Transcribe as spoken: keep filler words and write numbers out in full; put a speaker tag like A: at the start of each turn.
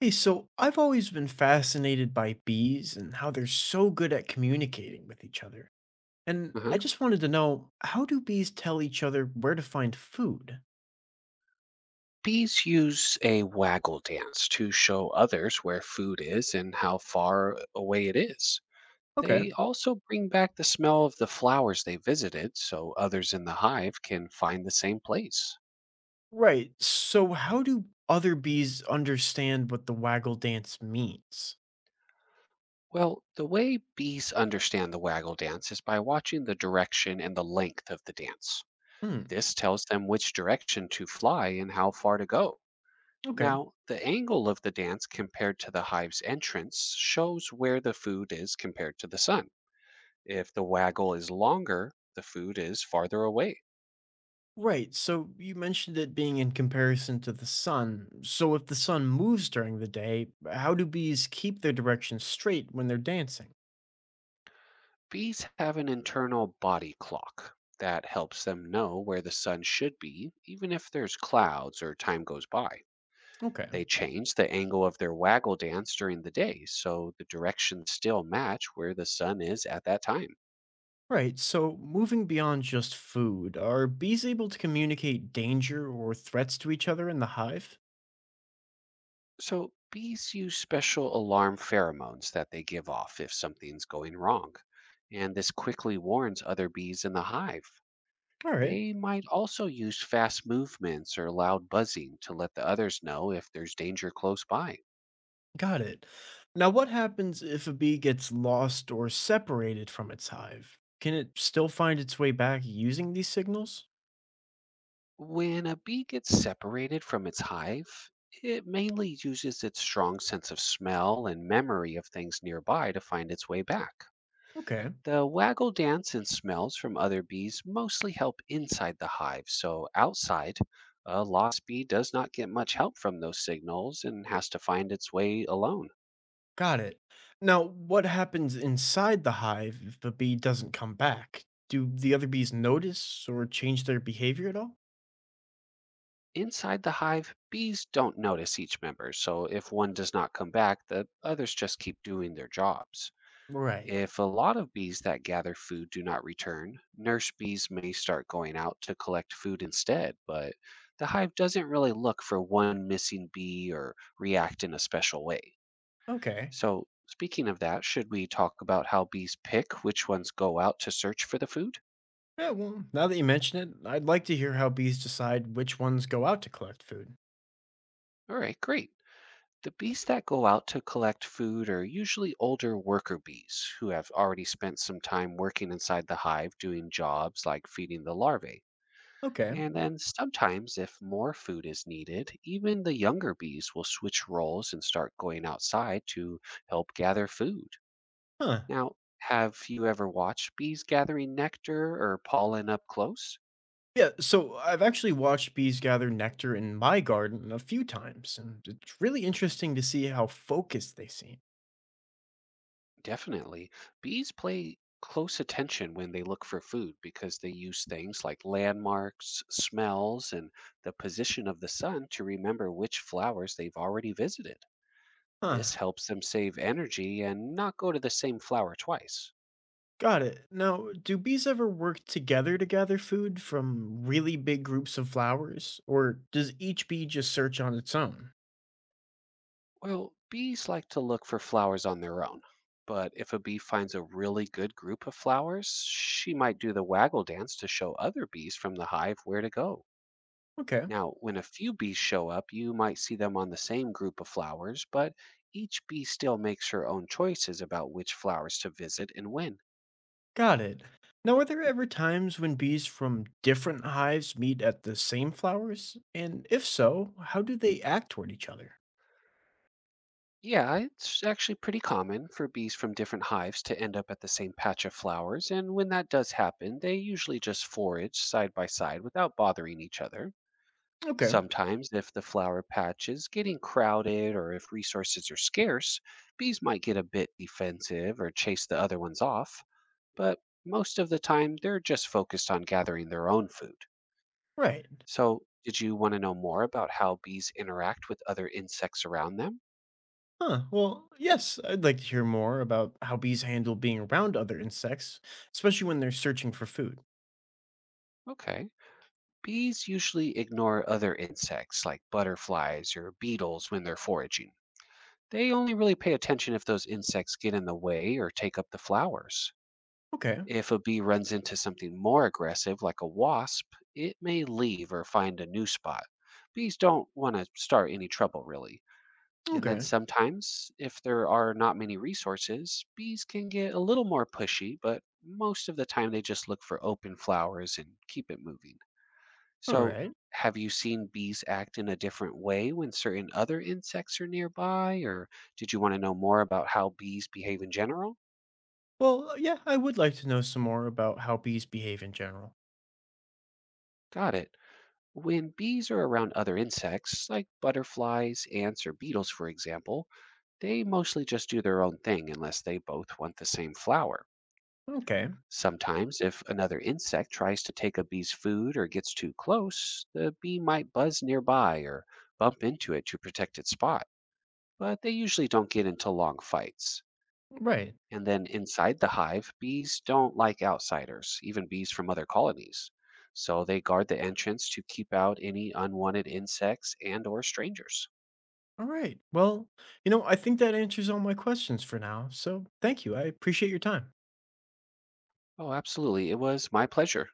A: Hey, so I've always been fascinated by bees and how they're so good at communicating with each other. And
B: Uh-huh.
A: I just wanted to know, how do bees tell each other where to find food?
B: Bees use a waggle dance to show others where food is and how far away it is.
A: Okay.
B: They also bring back the smell of the flowers they visited so others in the hive can find the same place.
A: Right. So, how do other bees understand what the waggle dance means?
B: Well, the way bees understand the waggle dance is by watching the direction and the length of the dance.
A: Hmm.
B: This tells them which direction to fly and how far to go.
A: Okay.
B: Now, the angle of the dance compared to the hive's entrance shows where the food is compared to the sun. If the waggle is longer, the food is farther away.
A: Right. So, you mentioned it being in comparison to the sun. So, if the sun moves during the day, how do bees keep their direction straight when they're dancing?
B: Bees have an internal body clock that helps them know where the sun should be, even if there's clouds or time goes by.
A: Okay.
B: They change the angle of their waggle dance during the day, so the directions still match where the sun is at that time.
A: Right, so moving beyond just food, are bees able to communicate danger or threats to each other in the hive?
B: So, bees use special alarm pheromones that they give off if something's going wrong. And this quickly warns other bees in the hive.
A: All right,
B: They might also use fast movements or loud buzzing to let the others know if there's danger close by.
A: got it. Now, what happens if a bee gets lost or separated from its hive? Can it still find its way back using these signals?
B: When a bee gets separated from its hive, it mainly uses its strong sense of smell and memory of things nearby to find its way back.
A: Okay,
B: The waggle dance and smells from other bees mostly help inside the hive, so outside, a lost bee does not get much help from those signals and has to find its way alone.
A: got it. Now, what happens inside the hive if the bee doesn't come back? Do the other bees notice or change their behavior at all?
B: Inside the hive, bees don't notice each member, so if one does not come back, the others just keep doing their jobs.
A: Right,
B: If a lot of bees that gather food do not return, nurse bees may start going out to collect food instead, but the hive doesn't really look for one missing bee or react in a special way.
A: okay.
B: So, speaking of that, should we talk about how bees pick which ones go out to search for the food?
A: Yeah, well, now that you mention it, I'd like to hear how bees decide which ones go out to collect food.
B: All right, great. The bees that go out to collect food are usually older worker bees who have already spent some time working inside the hive doing jobs like feeding the larvae.
A: Okay.
B: And then sometimes, if more food is needed, even the younger bees will switch roles and start going outside to help gather food.
A: Huh.
B: Now, have you ever watched bees gathering nectar or pollen up close?
A: Yeah, so I've actually watched bees gather nectar in my garden a few times, and it's really interesting to see how focused they seem.
B: Definitely. Bees play close attention when they look for food because they use things like landmarks, smells, and the position of the sun to remember which flowers they've already visited. This
A: Huh.
B: helps them save energy and not go to the same flower twice.
A: Got it. Now, do bees ever work together to gather food from really big groups of flowers, or does each bee just search on its own?
B: Well, bees like to look for flowers on their own. But if a bee finds a really good group of flowers, she might do the waggle dance to show other bees from the hive where to go.
A: Okay.
B: Now, when a few bees show up, you might see them on the same group of flowers, but each bee still makes her own choices about which flowers to visit and when.
A: Got it. Now, are there ever times when bees from different hives meet at the same flowers? And if so, how do they act toward each other?
B: Yeah, it's actually pretty common for bees from different hives to end up at the same patch of flowers, and when that does happen, they usually just forage side by side without bothering each other.
A: Okay,
B: Sometimes, if the flower patch is getting crowded or if resources are scarce, bees might get a bit defensive or chase the other ones off, but most of the time they're just focused on gathering their own food.
A: right.
B: So, did you want to know more about how bees interact with other insects around them?
A: Huh, well, yes, I'd like to hear more about how bees handle being around other insects, especially when they're searching for food.
B: Okay. Bees usually ignore other insects like butterflies or beetles when they're foraging. They only really pay attention if those insects get in the way or take up the flowers.
A: Okay,
B: If a bee runs into something more aggressive, like a wasp, it may leave or find a new spot. Bees don't want to start any trouble, really. And then
A: okay,
B: sometimes, if there are not many resources, bees can get a little more pushy, but most of the time they just look for open flowers and keep it moving.
A: all
B: So,
A: right.
B: have you seen bees act in a different way when certain other insects are nearby? Or did you want to know more about how bees behave in general?
A: Well, uh, yeah, I would like to know some more about how bees behave in general.
B: Got it. When bees are around other insects, like butterflies, ants, or beetles, for example, they mostly just do their own thing unless they both want the same flower.
A: Okay,
B: Sometimes, if another insect tries to take a bee's food or gets too close, the bee might buzz nearby or bump into it to protect its spot, but they usually don't get into long fights.
A: right,
B: And then inside the hive, bees don't like outsiders, even bees from other colonies. So they guard the entrance to keep out any unwanted insects and or strangers.
A: all right. Well, you know I think that answers all my questions for now, so thank you. I appreciate your time.
B: Oh, absolutely. It was my pleasure.